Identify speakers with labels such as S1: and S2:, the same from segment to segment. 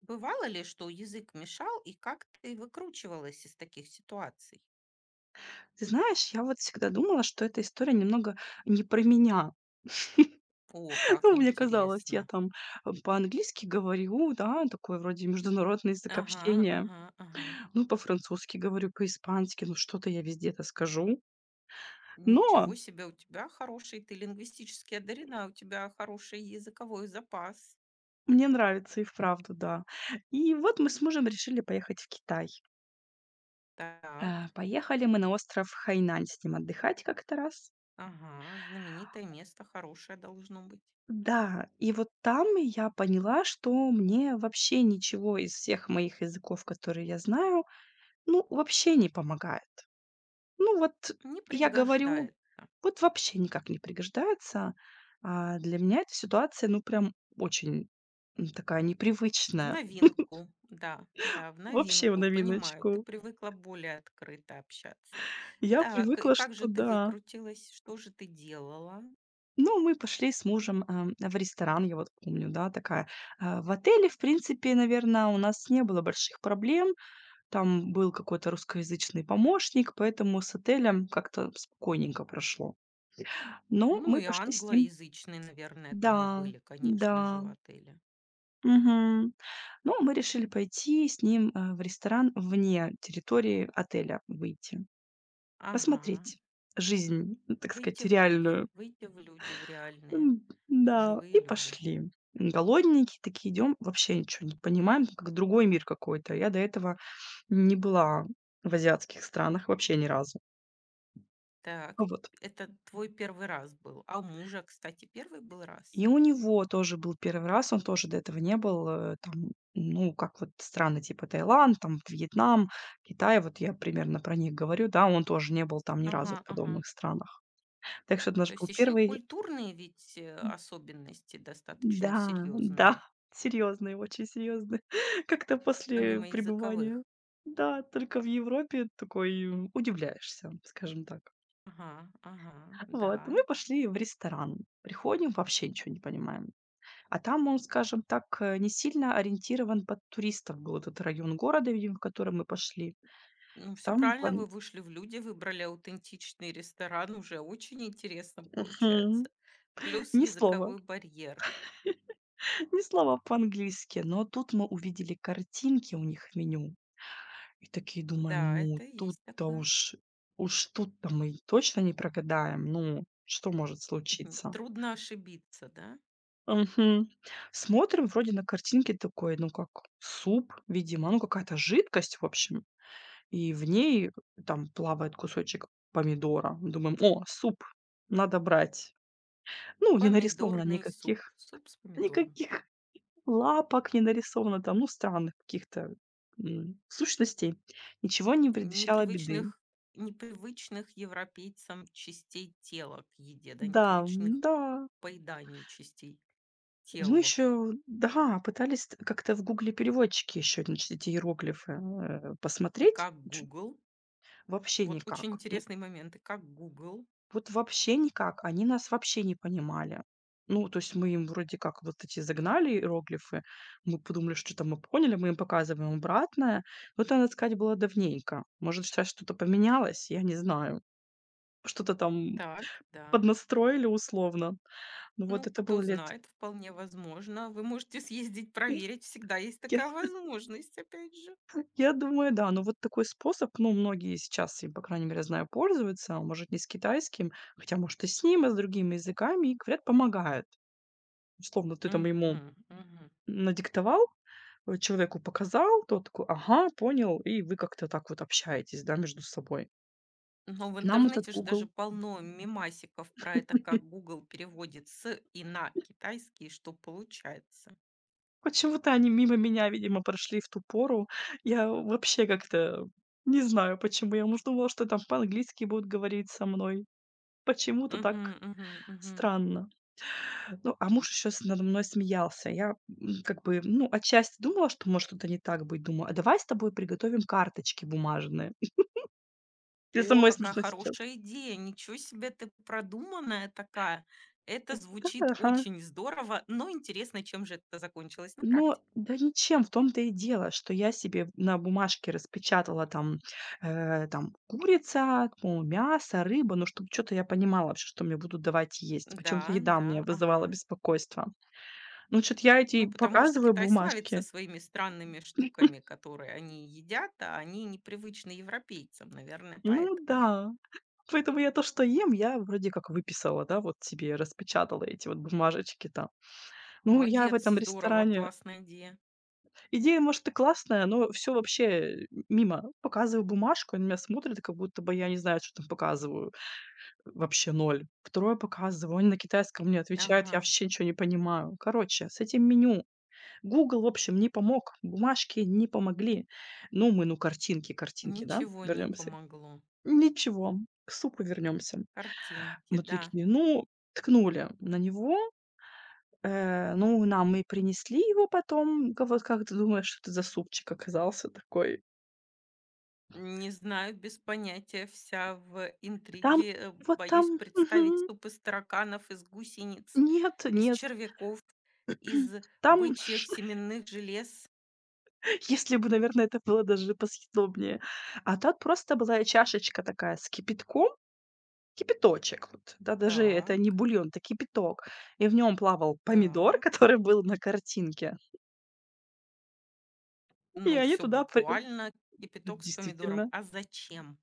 S1: Бывало ли, что язык мешал, и как ты выкручивалась из таких ситуаций?
S2: Ты знаешь, я вот всегда думала, что эта история немного не про меня.
S1: О, как
S2: Ну, мне казалось, я
S1: интересно.
S2: там, по-английски говорю, да, такой вроде международный язык
S1: Ага,
S2: общения.
S1: ага, ага.
S2: Ну, по-французски говорю, по-испански, ну, что-то я везде это скажу. Но
S1: Ничего себе, у тебя хороший, ты лингвистически одарена, у тебя хороший языковой запас.
S2: мне нравится и вправду, да. И вот мы с мужем решили поехать в Китай.
S1: Так,
S2: Поехали мы на остров Хайнань с ним отдыхать как-то раз.
S1: ага, знаменитое место хорошее должно быть.
S2: Да, и вот там я поняла, что мне вообще ничего из всех моих языков, которые я знаю, ну, вообще не помогает. Ну, вот
S1: Не
S2: я говорю,
S1: пригождается.
S2: вот вообще никак не пригождается. Для меня эта ситуация, ну, прям очень, такая
S1: В
S2: непривычная.
S1: новинку, да, да, в
S2: Вообще в
S1: новинку, понимаю, ты
S2: новиночку.
S1: привыкла более открыто общаться.
S2: Я
S1: Так, и
S2: привыкла,
S1: как
S2: что
S1: же ты
S2: да.
S1: выкрутилась? Что же ты делала?
S2: Ну, мы пошли с мужем, в ресторан, я вот помню, да, такая. В отеле, в принципе, наверное, у нас не было больших проблем. Там был какой-то русскоязычный помощник, поэтому с отелем как-то спокойненько прошло. Но
S1: Ну
S2: мы
S1: и
S2: пошли с ним.
S1: англоязычные, наверное,
S2: Да,
S1: там и были,
S2: да.
S1: конечно же, в отеле.
S2: Мгм. Ну, мы решили пойти с ним, в ресторан вне территории отеля, выйти,
S1: Ага,
S2: посмотреть жизнь, ну, так сказать, реальную.
S1: выйти в люди, в реальные,
S2: Да,
S1: живые
S2: и
S1: люди.
S2: пошли. Голодненькие такие идем, вообще ничего не понимаем, как другой мир какой-то. Я до этого не была в азиатских странах вообще ни разу.
S1: Так,
S2: Вот.
S1: это твой первый раз был. А у мужа, кстати, первый был раз.
S2: И у него тоже был первый раз, он тоже до этого не был, там, ну, как вот страны типа Таиланд, там, Вьетнам, Китай, вот я примерно про них говорю, да, он тоже не был там ни разу
S1: Ага,
S2: в
S1: ага.
S2: подобных странах. Так что это наш
S1: То есть
S2: был
S1: еще и
S2: первый.
S1: культурные ведь
S2: М,
S1: особенности достаточно
S2: да, да,
S1: серьезные.
S2: серьезный, очень серьезный. Как-то после
S1: Помимо
S2: пребывания,
S1: языковых.
S2: да, только в Европе такой, удивляешься, скажем так.
S1: Ага, ага, да.
S2: Вот, мы пошли в ресторан, приходим, вообще ничего не понимаем. А там он, скажем так, не сильно ориентирован под туристов был этот район города, видимо, в котором мы пошли.
S1: Ну, все
S2: Там
S1: правильно,
S2: пон
S1: вы вышли в люди, выбрали аутентичный ресторан. Уже очень интересно
S2: Мгм.
S1: получается. Плюс
S2: Ни слова,
S1: языковой барьер.
S2: ни слова по-английски. Но тут мы увидели картинки у них в меню и такие думаем:
S1: Да,
S2: "Ну,
S1: это есть
S2: тут-то
S1: такое.
S2: уж уж тут-то мы точно не прогадаем. Ну, что может
S1: Мгм.
S2: случиться?"
S1: Трудно ошибиться, да?
S2: Мгм. Смотрим, вроде на картинке такой, ну, как суп, видимо, ну, какая-то жидкость, в общем. И в ней там плавает кусочек помидора. Думаем: "О, суп, надо брать". Ну, не нарисовано
S1: Помидорный суп.
S2: никаких
S1: Суп с помидором.
S2: никаких лапок, не нарисовано там, ну, странных каких-то, сущностей. Ничего не предвещало беды.
S1: Непривычных непривычных европейцам частей тела к еде, да,
S2: Да,
S1: непривычных
S2: да.
S1: к поеданию частей
S2: Мы
S1: тела.
S2: еще, да, пытались т как-то в "Гугле" переводчике еще, значит, эти иероглифы,
S1: И
S2: посмотреть.
S1: как
S2: Чё
S1: Google.
S2: Вообще
S1: Вот очень
S2: никак. Ну,
S1: интересные моменты, как Google.
S2: вот вообще никак. Они нас вообще не понимали. Ну, то есть мы им вроде как вот эти загнали иероглифы, мы подумали, что там мы поняли, мы им показываем обратное. Но это, надо сказать, было давненько. Может, сейчас что-то поменялось, я не знаю. Что-то там
S1: Так, да.
S2: поднастроили условно. Ну вот
S1: Ну,
S2: это было
S1: кто
S2: лет…
S1: знает, вполне возможно. Вы можете съездить проверить, всегда есть
S2: Я,
S1: такая возможность, опять же.
S2: я думаю, да. Но вот такой способ, ну, многие сейчас им, по крайней мере, знаю, пользуются, может, не с китайским, хотя, может, и с ним, и с другими языками, и, говорят, помогает. Условно, ты там ему
S1: Мгм, мгм.
S2: надиктовал, человеку показал, тот такой: "Ага, понял". И вы как-то так вот общаетесь, да, между собой.
S1: Но в
S2: Нам этот
S1: интернете же
S2: Google
S1: даже полно мемасиков про это, как Google переводит с и на китайский, что получается.
S2: почему-то они мимо меня, видимо, прошли в ту пору. Я вообще как-то не знаю, почему. Я, может, думала, что там по-английски будут говорить со мной. Почему-то так
S1: Мгм, мгм, мгм.
S2: странно. Ну, а муж еще надо мной смеялся. Я, как бы, ну, отчасти думала, что может что-то не так быть. Думаю: "А давай с тобой приготовим карточки бумажные". Мне
S1: О,
S2: самой
S1: какая
S2: смешно сейчас.
S1: хорошая идея! Ничего себе ты продуманная такая! Это
S2: Да,
S1: звучит
S2: ага.
S1: очень здорово, но интересно, чем же это закончилось на
S2: Но
S1: практике?
S2: да ничем, в том-то и дело, что я себе на бумажке распечатала там, там курица, ну, мясо, рыба, ну, чтобы что то я понимала вообще, что мне будут давать есть.
S1: Да,
S2: Почему-то еда
S1: да,
S2: мне
S1: ага.
S2: вызывала беспокойство. Ну, что то я эти
S1: Ну, потому что
S2: показываю
S1: Китай славится
S2: бумажки.
S1: своими странными штуками, которые они едят, а они непривычны европейцам, наверное,
S2: Ну
S1: поэтому.
S2: да. Поэтому я то, что ем, я вроде как выписала, да, вот себе распечатала эти вот бумажечки там. Ну, я в
S1: Молодец,
S2: этом
S1: здорово,
S2: ресторане.
S1: классная идея.
S2: Идея, может, и классная, но все вообще, мимо. Показываю бумажку, они на меня смотрят, как будто бы я не знаю, что там показываю. Вообще ноль. Второе показываю, они на китайском мне отвечают,
S1: Ага,
S2: я вообще ничего не понимаю. Короче, с этим меню Google в общем, не помог, бумажки не помогли. Ну, мы, ну, картинки, картинки, да,
S1: ничего не
S2: вернемся.
S1: помогло.
S2: Ничего, к супу вернемся.
S1: Картинки,
S2: Мы
S1: да.
S2: такие, ну, ткнули на него, ну, нам и принесли его потом. Ка вот как ты думаешь, что это за супчик оказался такой?
S1: Не знаю, без понятия, вся в
S2: Там
S1: интриге.
S2: вот там
S1: Боюсь представить
S2: мгм.
S1: суп из тараканов, из гусениц,
S2: Нет,
S1: из
S2: нет.
S1: червяков, из
S2: Там,
S1: бычьих семенных желез.
S2: если бы, наверное, это было даже посъедобнее. А тут просто была чашечка такая с кипятком, кипяточек, вот, да, даже это не
S1: Так,
S2: бульон, это кипяток. И в нем плавал помидор,
S1: так.
S2: который был на картинке. И
S1: Ну,
S2: они
S1: все
S2: туда при э,
S1: буквально.
S2: вот
S1: Кипяток с помидором.
S2: действительно.
S1: А зачем?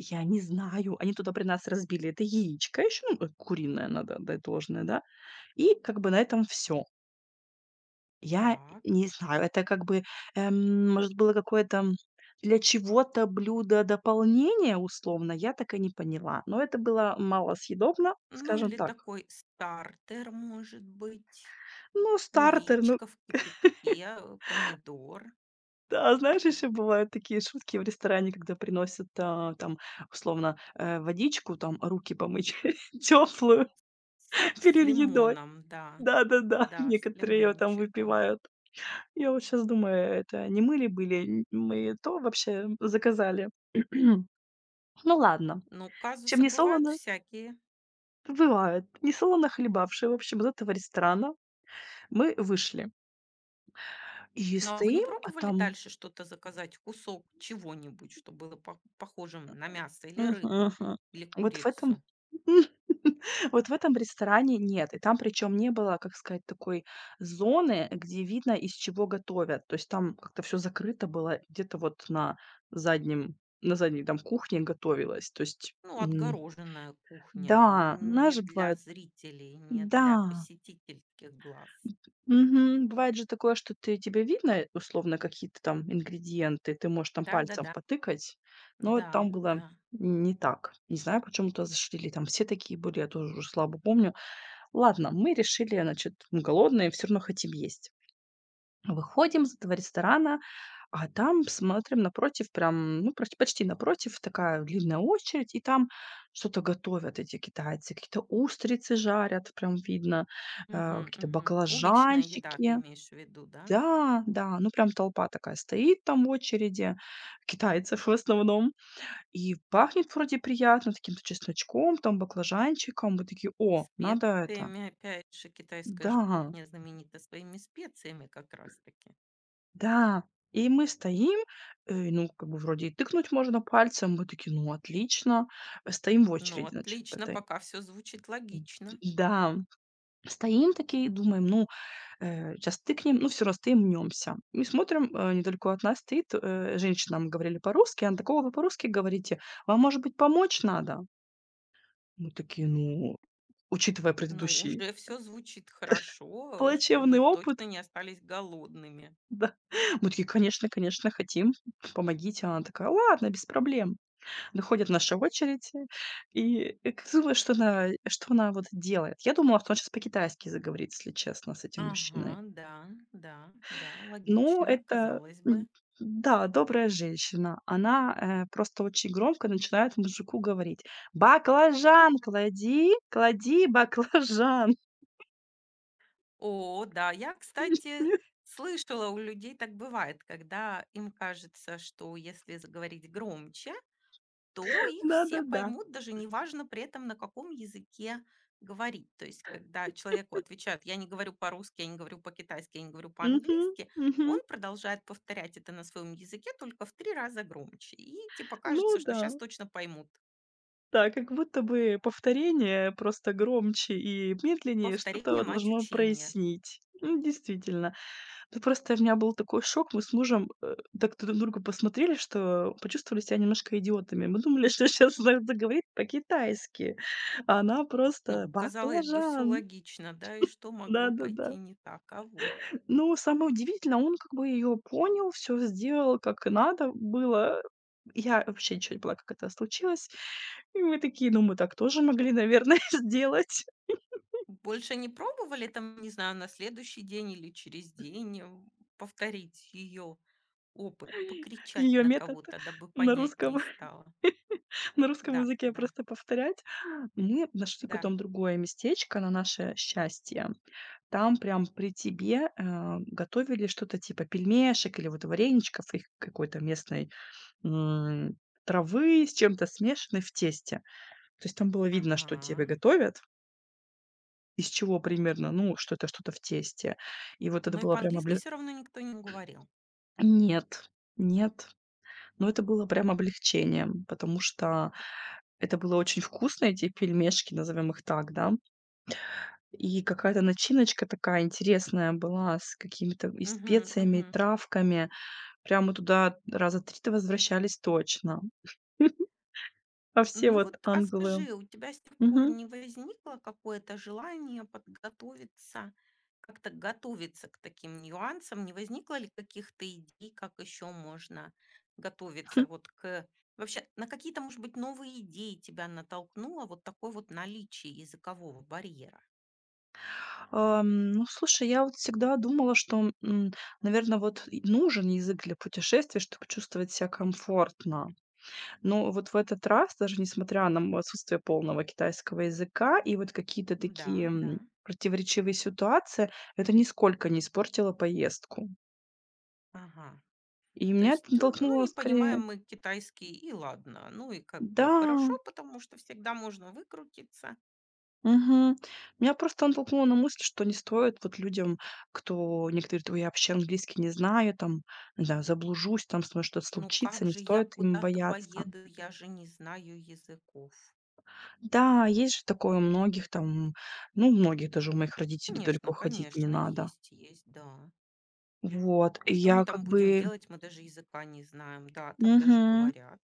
S2: Я не знаю, они туда при нас разбили это яичко еще ну, куриное, надо отдать должное, да, и как бы на этом все. Я
S1: Так.
S2: не знаю, это как бы, может, было какое-то для чего-то блюдо дополнение условно, я так и не поняла. Но это было малосъедобно,
S1: Ну,
S2: скажем
S1: или
S2: так.
S1: такой стартер, может быть.
S2: Ну,
S1: Ну,
S2: стартер, ну
S1: яичко в кипятке, помидор
S2: да, знаешь, еще бывают такие шутки в ресторане, когда приносят, а, там, условно, водичку, там, руки помыть теплую
S1: с с
S2: перед едой.
S1: лимоном, да.
S2: Да-да-да,
S1: Да, с
S2: некоторые её там
S1: лимончиком.
S2: выпивают. Я вот сейчас думаю, это не мы ли были, н мы то вообще заказали? Ну ладно.
S1: Ну,
S2: Чем
S1: казусы
S2: не
S1: бывают
S2: солоно
S1: всякие.
S2: бывает. Не солоно хлебавшие, в общем, из этого ресторана мы вышли. И
S1: Ну, а вы не
S2: стоим, а
S1: пробовали
S2: там
S1: дальше что-то заказать? Кусок чего-нибудь, что было похожим на мясо или
S2: мгм,
S1: рыбу,
S2: мгм.
S1: или
S2: Вот в этом
S1: курицу?
S2: вот в этом ресторане нет. И там причем не было, как сказать, такой зоны, где видно, из чего готовят. То есть там как-то все закрыто было, где-то вот заднем на задней там кухне готовилось. То есть,
S1: Ну,
S2: м,
S1: отгороженная кухня,
S2: да,
S1: не
S2: знаешь,
S1: для
S2: бывает
S1: зрителей, не для
S2: да.
S1: посетительских глаз.
S2: Мгм. Бывает же такое, что ты тебе видно, условно, какие-то там ингредиенты, ты можешь там
S1: Да-да-да,
S2: пальцем
S1: да,
S2: потыкать,
S1: да.
S2: но там
S1: Да,
S2: было
S1: да.
S2: не так. Не знаю, почему туда зашли, там все такие были, я тоже уже слабо помню. Ладно, мы решили, значит, мы голодные, все равно хотим есть. Выходим из этого ресторана, а там смотрим напротив, прям, ну, почти напротив, такая длинная очередь, и там что-то готовят эти китайцы. Какие-то устрицы жарят, прям видно,
S1: Мгм,
S2: какие-то
S1: мгм. Уличная еда,
S2: баклажанчики.
S1: ты имеешь в виду, да?
S2: Да, да, ну прям толпа такая стоит там в очереди, китайцев в основном. И пахнет вроде приятно, таким-то чесночком, там баклажанчиком. Мы такие, о, надо это.
S1: Специями, опять же, китайская
S2: Да,
S1: же кухня знаменита своими специями как раз-таки.
S2: да, и мы стоим, ну, как бы вроде и тыкнуть можно пальцем. Мы такие: "Ну, отлично". Стоим в
S1: Ну,
S2: очереди, значит, в
S1: отлично,
S2: этой.
S1: пока все звучит
S2: Д
S1: логично.
S2: да, стоим такие, думаем: "Ну, щас тыкнем". Ну, все равно стоим, мнёмся. И смотрим, недалеко от нас стоит, женщина. Мы говорили по-русски. Она такого вы по-русски говорите? Вам, может быть, помочь надо?" Мы такие: "Ну, учитывая
S1: Ну,
S2: предыдущий
S1: уже все звучит хорошо, что вы
S2: плачевный опыт,
S1: точно не остались голодными.
S2: да". Мы такие: "Конечно, конечно, хотим. Помогите". Она такая: "Ладно, без проблем". Доходит наша очередь, и что она вот делает? Я думала, что он сейчас по-китайски заговорит, если честно, с этим мужчиной.
S1: Ага, да, да, да,
S2: Но
S1: логично,
S2: это,
S1: казалось
S2: м,
S1: бы.
S2: да, добрая женщина. Она, просто очень громко начинает мужику говорить: "Баклажан клади, клади баклажан".
S1: О, да. Я, кстати, слышала, у людей так бывает, когда им кажется, что если заговорить громче, то их все
S2: Да-да-да.
S1: поймут, даже неважно при этом, на каком языке говорить. То есть, когда человеку отвечают, я не говорю по-русски, я не говорю по-китайски, я не говорю
S2: Мгм,
S1: по-английски, он
S2: мгм.
S1: продолжает повторять это на своем языке только в три раза громче. И типа
S2: Ну
S1: кажется, что
S2: да.
S1: сейчас точно поймут.
S2: Да, как будто бы повторение, просто громче и медленнее,
S1: Повторение –
S2: что-то
S1: мать
S2: должно
S1: учения.
S2: прояснить. Действительно. Ну, просто у меня был такой шок. Мы с мужем, так друг на друга посмотрели, что почувствовали себя немножко идиотами. Мы думали, что сейчас она заговорит по-китайски, а она просто:
S1: Ну, казалось бы, все
S2: "Баклажан".
S1: логично, да, и что могло
S2: Да-да-да.
S1: пойти не так? А вот.
S2: Ну самое удивительное, он как бы ее понял, все сделал, как и надо было. Я вообще ничего не поняла, как это случилось. И мы такие: "Ну, мы так тоже могли, наверное, сделать".
S1: Больше не пробовали там, не знаю, на следующий день или через день, повторить ее опыт, покричать
S2: Ее
S1: на
S2: метод
S1: кого-то, дабы
S2: на русском
S1: понятней стало?
S2: на русском
S1: Да,
S2: языке
S1: да,
S2: просто повторять. Мы нашли
S1: да.
S2: потом другое местечко, на наше счастье. Там прям при тебе, готовили что-то типа пельмешек или вот вареничков их какой-то местной, м, травы с чем-то смешанной в тесте. То есть там было видно, что тебе
S1: Ага.
S2: готовят, из чего примерно, ну, что это что-то в тесте. И вот это
S1: Но и
S2: было прям…
S1: по-английски все равно никто не говорил.
S2: Нет, нет. Но это было прям облегчением, потому что это было очень вкусно, эти пельмешки, назовем их так, да. И какая-то начиночка такая интересная была с какими-то и
S1: Угу,
S2: специями, и
S1: мгм.
S2: травками. Прямо туда раза три то возвращались точно. А все
S1: Ну
S2: вот
S1: вот, а
S2: ангелы…
S1: скажи, у тебя с тех пор
S2: Мгм.
S1: не возникло какое-то желание подготовиться, как-то готовиться к таким нюансам? Не возникло ли каких-то идей, как еще можно готовиться вот к... Вообще, на какие-то, может быть, новые идеи тебя натолкнуло вот такое вот наличие языкового барьера?
S2: Ну, слушай, я вот всегда думала, что, наверное, вот и нужен язык для путешествий, чтобы чувствовать себя комфортно. Но вот в этот раз, даже несмотря на отсутствие полного китайского языка и вот какие-то такие,
S1: Да, да,
S2: противоречивые ситуации, это нисколько не испортило поездку.
S1: ага.
S2: И
S1: То
S2: меня
S1: есть,
S2: это
S1: ну,
S2: натолкнуло
S1: не понимаем
S2: скорее
S1: мы китайский, и ладно. Ну и как
S2: да,
S1: бы хорошо, потому что всегда можно выкрутиться.
S2: мгм. Меня просто натолкнуло на мысль, что не стоит вот людям, кто некоторые говорят: "Ой, я вообще английский не знаю, там, не знаю, заблужусь, там со мной что-то
S1: Ну
S2: случится".
S1: как
S2: Не
S1: же я
S2: стоит им
S1: куда-то
S2: бояться.
S1: поеду, я же не знаю языков.
S2: Да, есть же такое у многих там, ну, у многих, даже у моих родителей далеко
S1: Конечно,
S2: ходить не
S1: конечно,
S2: надо.
S1: есть, есть, да.
S2: Вот, и
S1: Что мы
S2: я как
S1: там будем
S2: бы
S1: делать, мы даже языка не знаем. Да, так даже
S2: мгм.
S1: говорят.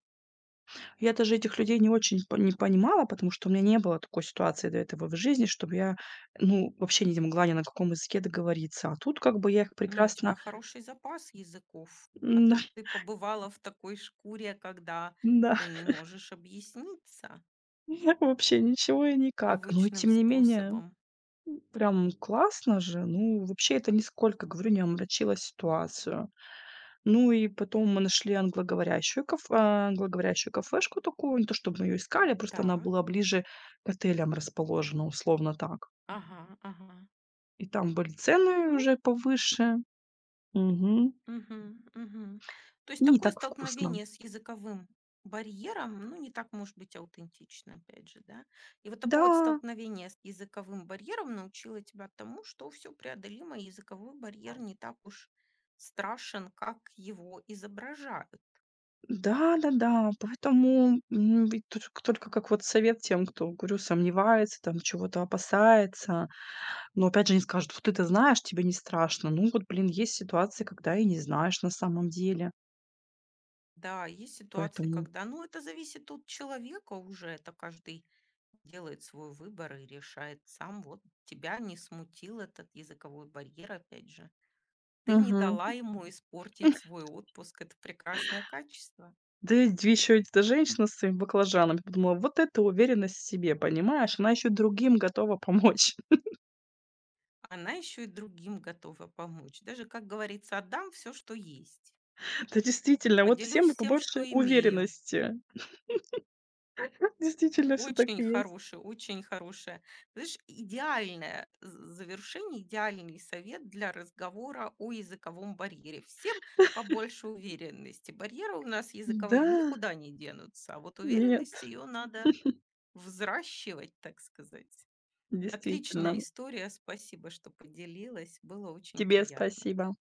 S2: Я даже этих людей не очень по не понимала, потому что у меня не было такой ситуации до этого в жизни, чтобы я, ну, вообще не могла ни на каком языке договориться. А тут как бы я их
S1: Ну, у
S2: прекрасно
S1: тебя хороший запас языков. А
S2: м-да,
S1: тут ты побывала в такой шкуре, когда ты не можешь объясниться
S2: вообще ничего и никак. Но и
S1: привычным
S2: тем не менее,
S1: способом.
S2: прям классно же. Ну, вообще это нисколько, говорю, не омрачило ситуацию. Ну и потом мы нашли англоговорящую кафешку такую. Не то чтобы мы ее искали, просто она была
S1: Так,
S2: ближе к отелям расположена, условно так.
S1: ага, ага.
S2: И там были цены
S1: Ну,
S2: уже повыше. Мгм.
S1: мгм, мгм. То есть
S2: И не
S1: такое
S2: так вкусно.
S1: столкновение с языковым барьером, ну, не так может быть аутентично, опять же, да. И вот
S2: Да,
S1: такое вот столкновение с языковым барьером научило тебя тому, что все преодолимо, и языковой барьер не так уж страшен, как его изображают.
S2: да-да-да. Поэтому, ведь тут только как вот совет тем, кто, говорю, сомневается, там чего-то опасается. Но опять же не скажут: "Вот ты-то знаешь, тебе не страшно". Ну вот, блин, есть ситуации, когда и не знаешь на самом деле.
S1: Да, есть ситуации,
S2: Поэтому
S1: когда, ну, это зависит от человека уже, это каждый делает свой выбор и решает сам. Вот тебя не смутил этот языковой барьер, опять же. Ты не
S2: мгм.
S1: дала ему испортить свой отпуск. Это прекрасное качество.
S2: Да и еще эта женщина с своими баклажанами. Подумала, вот это уверенность в себе, понимаешь? Она еще другим готова помочь.
S1: Она еще и другим готова помочь. Даже, как говорится, отдам все, что есть.
S2: Да, действительно, вот всем бы
S1: Поделюсь тем, что
S2: побольше
S1: имею.
S2: уверенности. Действительно, все так и
S1: Очень
S2: есть.
S1: хорошее, очень хорошее. Знаешь, идеальное завершение, идеальный совет для разговора о языковом барьере. Всем побольше уверенности. Барьеры у нас
S2: Да,
S1: языковые никуда не денутся, а вот
S2: нет,
S1: уверенность ее надо взращивать, так сказать. Отличная
S2: действительно.
S1: история. Спасибо, что поделилась. Было очень
S2: Тебе
S1: приятно.
S2: спасибо.